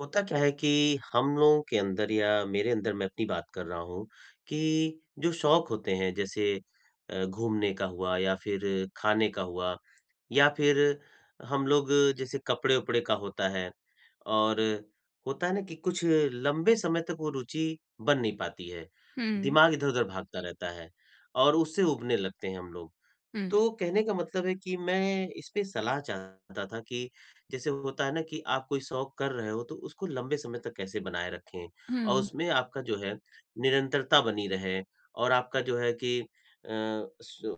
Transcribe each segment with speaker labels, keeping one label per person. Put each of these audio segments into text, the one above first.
Speaker 1: होता क्या है कि हम लोगों के अंदर या मेरे अंदर मैं अपनी बात कर रहा हूँ कि जो शौक होते हैं जैसे घूमने का हुआ या फिर खाने का हुआ या फिर हम लोग जैसे कपड़े उपड़े का होता है और होता है ना कि कुछ लंबे समय तक वो रुचि बन नहीं पाती है।
Speaker 2: हुँ,
Speaker 1: दिमाग इधर उधर भागता रहता है और उससे उबने लगते हैं हम लोग।
Speaker 2: हुँ,
Speaker 1: तो कहने का मतलब है कि मैं इस पे सलाह चाहता था कि जैसे होता है ना कि आप कोई शौक कर रहे हो तो उसको लंबे समय तक कैसे बनाए रखें और
Speaker 2: हुँ,
Speaker 1: उसमें आपका जो है निरंतरता बनी रहे, और आपका जो है कि अ, स-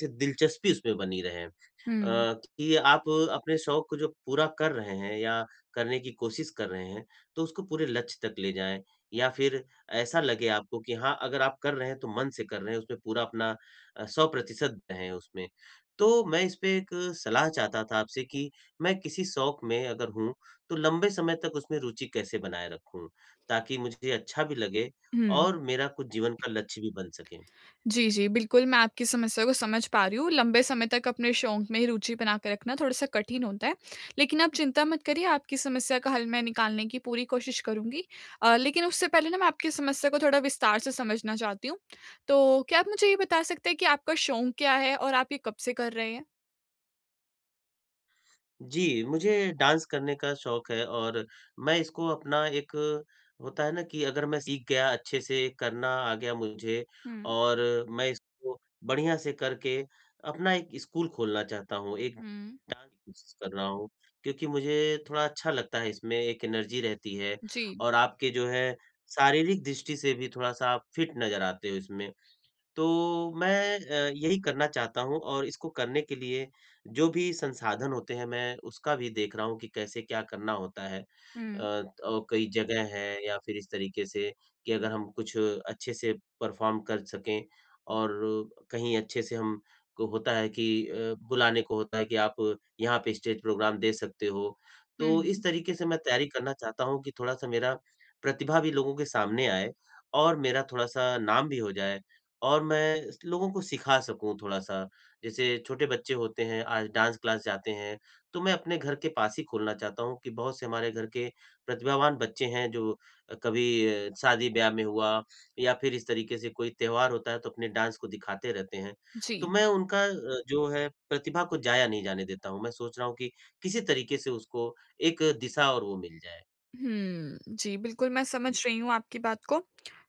Speaker 1: से दिलचस्पी उसमें बनी रहे।
Speaker 2: हुँ,
Speaker 1: कि आप अपने शौक को जो पूरा कर रहे हैं या करने की कोशिश कर रहे हैं, तो उसको पूरे लक्ष्य तक ले जाएँ या फिर ऐसा लगे आपको कि हाँ, अगर आप कर रहे हैं तो मन से कर रहे हैं, उसमें पूरा अपना 100% दें उसमें। तो मैं इस पे एक सलाह चाहता था आपसे कि मैं किसी शौक में अगर हूँ, तो लंबे समय तक उसमें रुचि कैसे बनाए रखूँ? ताकि मुझे अच्छा भी लगे
Speaker 2: हुँ।
Speaker 1: और मेरा कुछ जीवन का लक्ष्य भी बन सके।
Speaker 2: जी, जी, बिल्कुल, मैं आपकी समस्या को समझ पा रही हूँ। लंबे समय तक अपने शौक में ही रुचि बना के रखना थोड़ा-सा कठिन होता है। लेकिन आप चिंता मत करिए, आपकी समस्या का हल मैं निकालने की पूरी कोशिश करूँगी। लेकिन उससे पहले ना मैं आपकी समस्या को थोड़ा विस्तार से समझना चाहती हूँ। तो क्या आप मुझे ये बता सकते हैं कि आपका शौक क्या है और आप ये कब से कर रहे हैं?
Speaker 1: जी, मुझे डांस करने का शौक है, और मैं इसको अपना एक होता है ना कि अगर मैं सीख गया अच्छे से करना आ गया मुझे,
Speaker 2: हुँ,
Speaker 1: और मैं इसको बढ़िया से करके अपना एक स्कूल खोलना चाहता हूँ, एक
Speaker 2: हुँ,
Speaker 1: डांस की कोशिश कर रहा हूँ, क्योंकि मुझे थोड़ा अच्छा लगता है, इसमें एक एनर्जी रहती है।
Speaker 2: जी।
Speaker 1: और आपके जो है शारीरिक दृष्टि से भी थोड़ा-सा आप फिट नज़र आते हो इसमें। तो मैं यही करना चाहता हूँ, और इसको करने के लिए जो भी संसाधन होते हैं मैं उसका भी देख रहा हूँ कि कैसे क्या करना होता है।
Speaker 2: हुँ,
Speaker 1: और कई जगह हैं या फिर इस तरीके से कि अगर हम कुछ अच्छे से परफ़ॉर्म कर सकें और कहीं अच्छे से हम को होता है कि बुलाने को होता है कि आप यहाँ पे स्टेज प्रोग्राम दे सकते हो। तो इस
Speaker 2: हुँ,
Speaker 1: तरीके से मैं तैयारी करना चाहता हूँ कि थोड़ा-सा मेरा प्रतिभा भी लोगों के सामने आए और मेरा थोड़ा-सा नाम भी हो जाए, और मैं स लोगों को सिखा सकूँ थोड़ा-सा। जैसे छोटे बच्चे होते हैं, आज डांस क्लास जाते हैं, तो मैं अपने घर के पास ही खोलना चाहता हूँ कि बहुत से हमारे घर के प्रतिभावान बच्चे हैं जो कभी शादी-ब्याह में हुआ या फिर इस तरीके से कोई त्योहार होता है तो अपने डांस को दिखाते रहते हैं। तो
Speaker 2: जी।
Speaker 1: मैं उनका जो है प्रतिभा को जाया नहीं जाने देता हूँ। मैं सोच रहा हूँ कि किसी तरीके से उसको एक दिशा और वो मिल जाए।
Speaker 2: हुँ। जी, बिल्कुल मैं समझ रही हूँ आपकी बात को।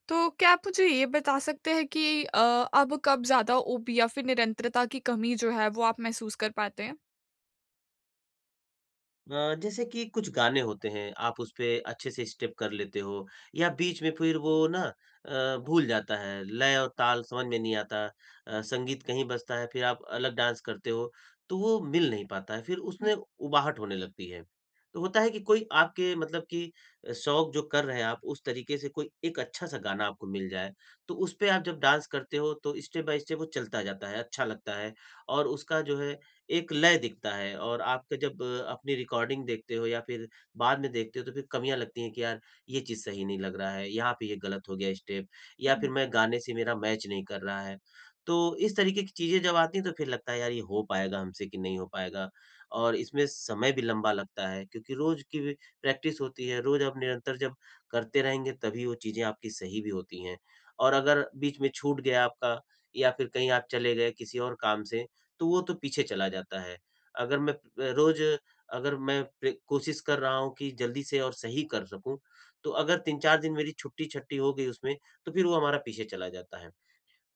Speaker 2: तो क्या आप मुझे ये बता सकते हैं कि अब कब ज़्यादा ऊब या फिर निरंतरता की कमी जो है वो आप महसूस कर पाते हैं?
Speaker 1: जैसे कि कुछ गाने होते हैं, आप उसपे अच्छे से स्टेप कर लेते हो या बीच में फिर वो ना भूल जाता है, लय और ताल समझ में नहीं आता। संगीत कहीं बजता है, फिर आप अलग डांस करते हो, तो वो मिल नहीं पाता है, फिर
Speaker 2: हुँ,
Speaker 1: उसमें उबाहट होने लगती है। तो होता है कि कोई आपके मतलब कि शौक जो कर रहे हैं आप, उस तरीके से कोई एक अच्छा-सा गाना आपको मिल जाए, तो उसपे आप जब डांस करते हो, तो स्टेप बाय स्टेप वो चलता जाता है, अच्छा लगता है, और उसका जो है एक लय दिखता है। और आपका जब अपनी रिकॉर्डिंग देखते हो या फिर बाद में देखते हो तो फिर कमियाँ लगती हैं कि यार ये चीज़ सही नहीं लग रहा है, यहाँ पे ये गलत हो गया स्टेप, या फिर
Speaker 2: हुँ।
Speaker 1: मैं गाने से मेरा मैच नहीं कर रहा है। तो इस तरीके की चीज़ें जब आती हैं तो फिर लगता है यार ये हो पाएगा हमसे कि नहीं हो पाएगा। और इसमें समय भी लंबा लगता है, क्योंकि रोज़ की भी प्रैक्टिस होती है, रोज़ आप निरंतर जब करते रहेंगे तभी वो चीज़ें आपकी सही भी होती हैं। और अगर बीच में छूट गया आपका या फिर कहीं आप चले गए किसी और काम से, तो वो तो पीछे चला जाता है। अगर मैं रोज़ अगर मैं प्रे कोशिश कर रहा हूँ कि जल्दी से और सही कर सकूँ, तो अगर 3-4 दिन मेरी छुट्टी-छट्टी हो गई उसमें, तो फिर वो हमारा पीछे चला जाता है।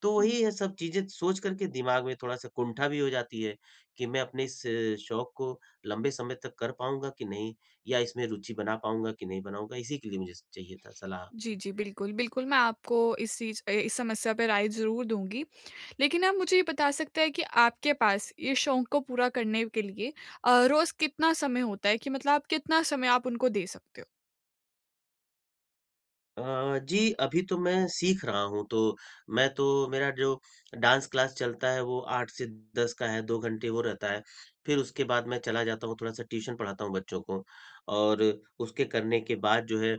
Speaker 1: तो
Speaker 2: हुँ।
Speaker 1: वही है, सब चीज़ें सोच कर के दिमाग में थोड़ा-सा कुंठा भी हो जाती है कि मैं अपने इस शौक को लंबे समय तक कर पाऊँगा कि नहीं? या इसमें रुचि बना पाऊँगा कि नहीं बनाऊँगा? इसी के लिए मुझे चाहिए था सलाह
Speaker 2: जी,
Speaker 1: आपसे।
Speaker 2: जी, बिल्कुल, बिल्कुल मैं आपको इस चीज़ इस समस्या पे राय ज़रूर दूँगी। लेकिन आप मुझे ये बता सकते हैं कि आपके पास ये शौक को पूरा करने के लिए रोज़ कितना समय होता है कि मतलब आप कितना समय आप उनको दे सकते हो?
Speaker 1: जी, अभी तो मैं सीख रहा हूँ, तो मैं तो मेरा जो डांस क्लास चलता है, वो 8 से 10 का है, 2 घंटे वो रहता है। फिर उसके बाद मैं चला जाता हूँ, थोड़ा-सा ट्यूशन पढ़ाता हूँ बच्चों को, और उसके करने के बाद जो है,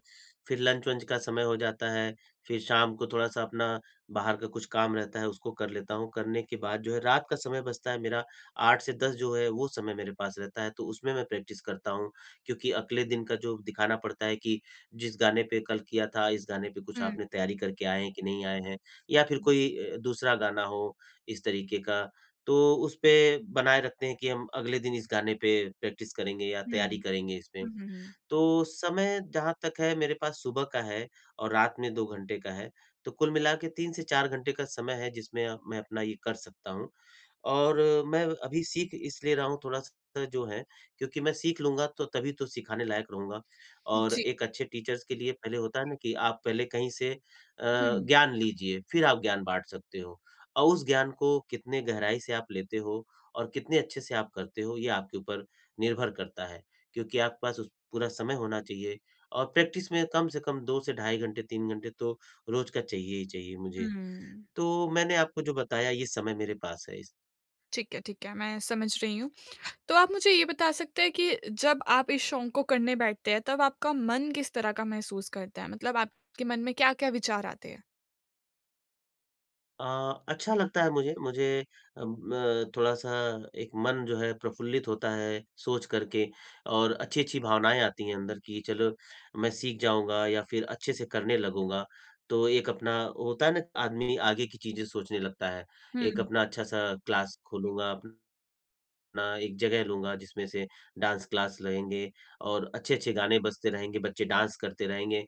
Speaker 1: फिर लंच-वंच का समय हो जाता है, फिर शाम को थोड़ा-सा अपना बाहर का कुछ काम रहता है, उसको कर लेता हूँ। करने के बाद जो है, रात का समय बचता है मेरा, 8 से 10 जो है, वो समय मेरे पास रहता है, तो उसमें मैं प्रैक्टिस करता हूँ, क्योंकि अगले दिन का जो दिखाना पड़ता है कि जिस गाने पे कल किया था, इस गाने पे कुछ
Speaker 2: हुँ,
Speaker 1: आपने तैयारी करके आए हैं कि नहीं आए हैं? या फिर कोई दूसरा गाना हो इस तरीके का, तो उसपे बनाए रखते हैं कि हम अगले दिन इस गाने पे प्रैक्टिस करेंगे या
Speaker 2: हुँ।
Speaker 1: तैयारी करेंगे इसपे।
Speaker 2: हुँ, हुँ, हुँ।
Speaker 1: तो समय जहाँ तक है मेरे पास, सुबह का है और रात में 2 घंटे का है, तो कुल मिला के 3 से 4 घंटे का समय है जिसमें मैं अपना ये कर सकता हूँ। और मैं अभी सीख इसलिए रहा हूँ थोड़ा-सा जो है, क्योंकि मैं सीख लूँगा तो तभी तो सिखाने लायक रहूँगा, और
Speaker 2: जी।
Speaker 1: एक अच्छे टीचर्स के लिए पहले होता है ना कि आप पहले कहीं से
Speaker 2: हुँ,
Speaker 1: ज्ञान लीजिए, फिर आप ज्ञान बाँट सकते हो। और उस ज्ञान को कितने गहराई से आप लेते हो और कितने अच्छे से आप करते हो, ये आपके ऊपर निर्भर करता है। क्योंकि आपके पास उस पूरा समय होना चाहिए, और प्रैक्टिस में कम से कम 2 से 2.5 घंटे, 3 घंटे तो रोज़ का चाहिए ही चाहिए मुझे।
Speaker 2: हुँ।
Speaker 1: तो मैंने आपको जो बताया ये समय मेरे पास है इस।
Speaker 2: ठीक है, मैं समझ रही हूँ। तो आप मुझे ये बता सकते हैं कि जब आप इस शौक को करने बैठते हैं, तब आपका मन किस तरह का महसूस करता है? मतलब आपके मन में क्या-क्या विचार आते हैं?
Speaker 1: अ, अच्छा लगता है मुझे। मुझे थोड़ा-सा एक मन जो है प्रफुल्लित होता है सोच कर के, और अच्छी-अच्छी भावनाएँ आती हैं अंदर की, चलो मैं सीख जाऊँगा या फिर अच्छे से करने लगूँगा। तो एक अपना होता है ना आदमी आगे की चीज़ें सोचने लगता है।
Speaker 2: हुँ,
Speaker 1: एक अपना अच्छा-सा क्लास खोलूँगा, अप अपना एक जगह लूँगा जिसमें से डांस क्लास लगेंगे और अच्छे-अच्छे गाने बजते रहेंगे, बच्चे डांस करते रहेंगे,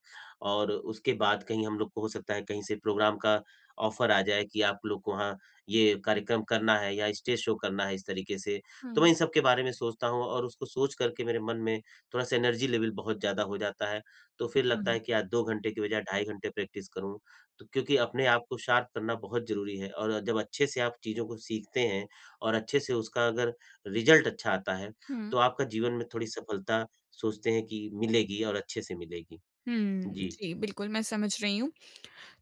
Speaker 1: और उसके बाद कहीं हम लोग को हो सकता है कहीं से प्रोग्राम का ऑफ़र आ जाए कि आप लोग को वहाँ ये कार्यक्रम करना है या स्टेज शो करना है इस तरीके से। तो मैं
Speaker 2: हुँ,
Speaker 1: इन सब के बारे में सोचता हूँ, और उसको सोच कर के मेरे मन में थोड़ा-सा एनर्जी लेवल बहुत ज़्यादा हो जाता है। तो फिर लगता
Speaker 2: हुँ।
Speaker 1: है कि आज 2 घंटे की बजाय 2.5 घंटे प्रैक्टिस करूँ। तो क्योंकि अपने आप को शार्प करना बहुत ज़रूरी है, और जब अच्छे से आप चीज़ों को सीखते हैं और अच्छे से उसका अगर रिज़ल्ट अच्छा आता है, तो
Speaker 2: हुँ।
Speaker 1: आपका जीवन में थोड़ी सफलता सोचते हैं कि मिलेगी और अच्छे से मिलेगी?
Speaker 2: हुँ,
Speaker 1: जी।
Speaker 2: जी, बिल्कुल, मैं समझ रही हूँ।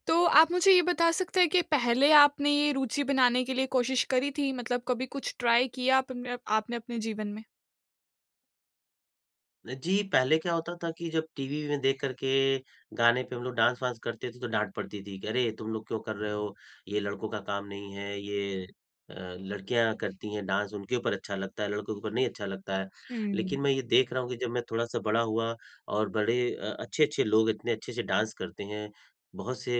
Speaker 2: तो आप मुझे ये बता सकते हैं कि पहले आपने ये रुचि बनाने के लिए कोशिश करी थी? मतलब कभी कुछ ट्राई किया आपने आपने अपने जीवन में?
Speaker 1: जी, पहले क्या होता था कि जब टीवी में देख कर के गाने पे हम लोग डांस-वांस करते थे तो डाँट पड़ती थी कि अरे तुम लोग क्यों कर रहे हो? ये लड़कों का काम नहीं है, ये अ, लड़कियाँ करती हैं डांस, उनके ऊपर अच्छा लगता है, लड़कों के ऊपर नहीं अच्छा लगता है।
Speaker 2: हुँ,
Speaker 1: लेकिन मैं ये देख रहा हूँ कि जब मैं थोड़ा-सा बड़ा हुआ और बड़े अच्छे-अच्छे लोग इतने अच्छे से डांस करते हैं, बहुत से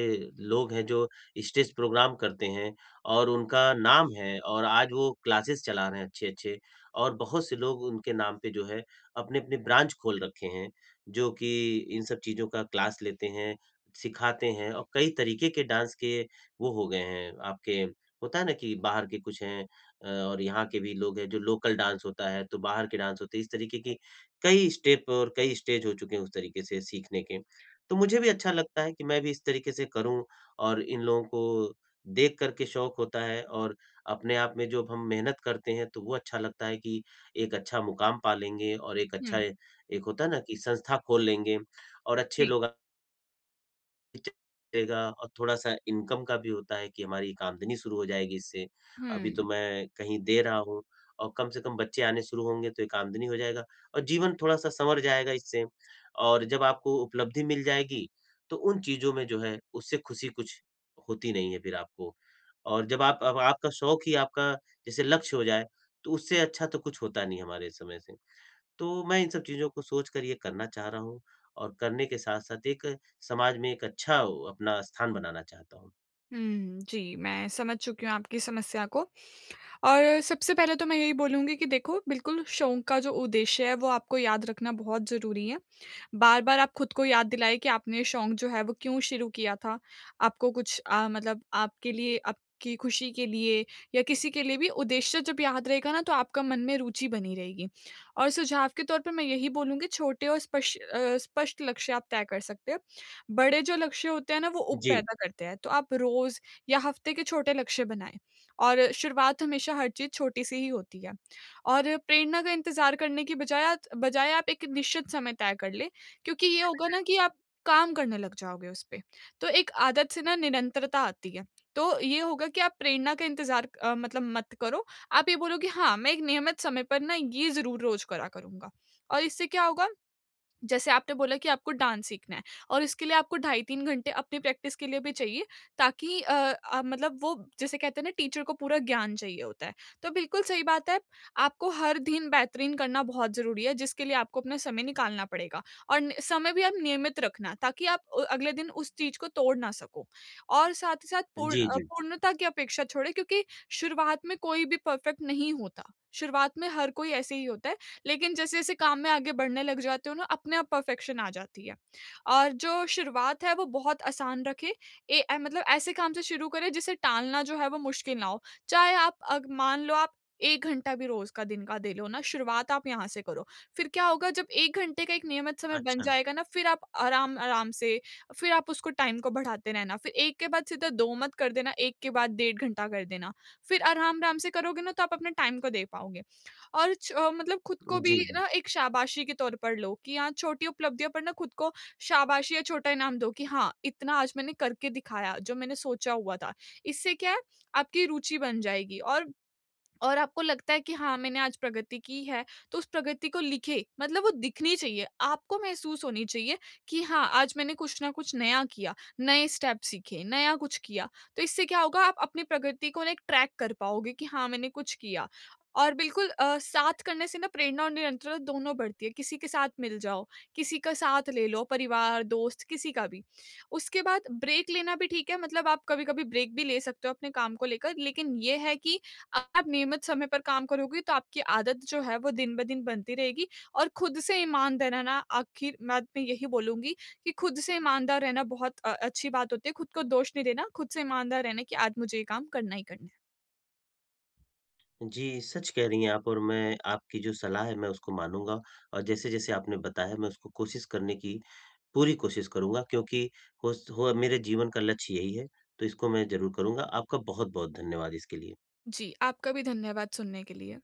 Speaker 1: लोग हैं जो स्टेज प्रोग्राम करते हैं और उनका नाम है, और आज वो क्लासेस चला रहे हैं अच्छे-अच्छे, और बहुत से लोग उनके नाम पे जो है अपने-अपने ब्रांच खोल रखे हैं, जो कि इन सब चीज़ों का क्लास लेते हैं, सिखाते हैं, और कई तरीके के डांस के वो हो गए हैं, आपके होता है ना कि बाहर के कुछ हैं और यहाँ के भी लोग हैं जो लोकल डांस होता है, तो बाहर के डांस होते हैं, इस तरीके की कई स्टेप और कई स्टेज हो चुके हैं उस तरीके से सीखने के। तो मुझे भी अच्छा लगता है कि मैं भी इस तरीके से करूँ, और इन लोगों को देख कर के शौक होता है, और अपने आप में जो अब हम मेहनत करते हैं, तो वो अच्छा लगता है कि एक अच्छा मुकाम पा लेंगे, और एक अच्छा
Speaker 2: हुँ,
Speaker 1: एक होता है ना कि संस्था खोल लेंगे और अच्छे
Speaker 2: जी।
Speaker 1: लोग आगे चलेगा, और थोड़ा-सा इनकम का भी होता है कि हमारी एक आमदनी शुरू हो जाएगी इससे। अभी तो
Speaker 2: हुँ,
Speaker 1: मैं कहीं दे रहा हूँ, और कम से कम बच्चे आने शुरू होंगे तो एक आमदनी हो जाएगा और जीवन थोड़ा-सा सँवर जाएगा इससे। और जब आपको उपलब्धि मिल जाएगी, तो उन चीज़ों में जो है उससे खुशी कुछ होती नहीं है फिर आपको। और जब आप अब आपका शौक ही आपका जैसे लक्ष्य हो जाए, तो उससे अच्छा तो कुछ होता नहीं हमारे समय से। तो मैं इन सब चीज़ों को सोच कर ये करना चाह रहा हूँ, और करने के साथ-साथ एक समाज में एक अच्छा अपना स्थान बनाना चाहता हूँ।
Speaker 2: हुँ, जी, मैं समझ चुकी हूँ आपकी समस्या को। और सबसे पहले तो मैं यही बोलूँगी कि देखो बिल्कुल शौक का जो उद्देश्य है वो आपको याद रखना बहुत ज़रूरी है। बार-बार आप खुद को याद दिलाएँ कि आपने ये शौक जो है वो क्यों शुरू किया था। आपको कुछ मतलब आपके लिए आपकी खुशी के लिए या किसी के लिए भी उद्देश्य जब याद रहेगा ना तो आपका मन में रुचि बनी रहेगी। और सुझाव के तौर पे मैं यही बोलूँगी, छोटे और स्पष्ट लक्ष्य आप तय कर सकते हैं। बड़े जो लक्ष्य होते हैं ना, वो ऊब
Speaker 1: जी,
Speaker 2: पैदा करते हैं। तो आप रोज़ या हफ्ते के छोटे लक्ष्य बनाएँ, और शुरुआत हमेशा हर चीज़ छोटी सी ही होती है। और प्रेरणा का इंतज़ार करने की बजाय आत बजाय आप एक निश्चित समय तय कर लें, क्योंकि ये होगा ना कि आप काम करने लग जाओगे उस पे। तो एक आदत से ना निरंतरता आती है। तो ये होगा कि आप प्रेरणा का इंतज़ार मतलब मत करो। आप ये बोलो कि हाँ, मैं एक नियमित समय पर ना ये ज़रूर रोज़ करा करूँगा। और इससे क्या होगा, जैसे आपने बोला कि आपको डांस सीखना है और इसके लिए आपको ढाई 3 घंटे अपनी प्रैक्टिस के लिए भी चाहिए, ताकि मतलब वो जैसे कहते हैं ना टीचर को पूरा ज्ञान चाहिए होता है, तो बिल्कुल सही बात है। आपको हर दिन बेहतरीन करना बहुत ज़रूरी है, जिसके लिए आपको अपना समय निकालना पड़ेगा, और समय भी आप नियमित रखना, ताकि आप अगले दिन उस चीज़ को तोड़ ना सको। और साथ ही साथ पूर्ण
Speaker 1: जी, जी।
Speaker 2: पूर्णता की अपेक्षा छोड़े, क्योंकि शुरुआत में कोई भी परफेक्ट नहीं होता। शुरुआत में हर कोई ऐसे ही होता है, लेकिन जैसे-जैसे काम में आगे बढ़ने लग जाते हो ना, अपने आप परफेक्शन आ जाती है। और जो शुरुआत है वो बहुत आसान रखें। मतलब ऐसे काम से शुरू करें, जिसे टालना जो है वो मुश्किल ना हो। चाहे आप अग मान लो, आप 1 घंटा भी रोज़ का दिन का दे लो ना, शुरुआत आप यहाँ से करो। फिर क्या होगा, जब 1 घंटे का एक नियमित समय बन
Speaker 1: अच्छा।
Speaker 2: जाएगा ना, फिर आप आराम-आराम से, फिर आप उसको टाइम को बढ़ाते रहना। फिर 1 के बाद सीधा 2 मत कर देना, 1 के बाद 1.5 घंटा कर देना। फिर आराम-आराम से करोगे ना, तो आप अपने टाइम को दे पाओगे। और मतलब खुद को भी
Speaker 1: जी, जी।
Speaker 2: ना एक शाबाशी के तौर पर लो कि हाँ, छोटी उपलब्धियों पर ना खुद को शाबाशी या छोटा इनाम दो कि हाँ, इतना आज मैंने करके दिखाया, जो मैंने सोचा हुआ था। इससे क्या है, आपकी रुचि बन जाएगी, और आपको लगता है कि हाँ, मैंने आज प्रगति की है, तो उस प्रगति को लिखे, मतलब वो दिखनी चाहिए, आपको महसूस होनी चाहिए कि हाँ, आज मैंने कुछ ना कुछ नया किया, नए स्टेप सीखे, नया कुछ किया। तो इससे क्या होगा, आप अपनी प्रगति को ना एक ट्रैक कर पाओगे कि हाँ, मैंने कुछ किया। और बिल्कुल साथ करने से ना प्रेरणा और निरंतरता दोनों बढ़ती है। किसी के साथ मिल जाओ, किसी का साथ ले लो, परिवार, दोस्त, किसी का भी। उसके बाद ब्रेक लेना भी ठीक है, मतलब आप कभी कभी ब्रेक भी ले सकते हो अपने काम को लेकर, लेकिन ये है कि आप नियमित समय पर काम करोगी, तो आपकी आदत जो है वो दिन-ब-दिन बनती रहेगी। और खुद से ईमानदार रहना, आखिर मैं यही बोलूँगी कि खुद से ईमानदार रहना बहुत अच्छी बात होती है। खुद को दोष नहीं देना, खुद से ईमानदार रहना कि आज मुझे ये काम करना ही करना है।
Speaker 1: जी, सच कह रही हैं आप, और मैं आपकी जो सलाह है मैं उसको मानूँगा, और जैसे-जैसे आपने बताया मैं उसको कोशिश करने की पूरी कोशिश करूँगा, क्योंकि होस हो मेरे जीवन का लक्ष्य यही है, तो इसको मैं ज़रूर करूँगा। आपका बहुत-बहुत धन्यवाद इसके लिए।
Speaker 2: जी, आपका भी धन्यवाद सुनने के लिए।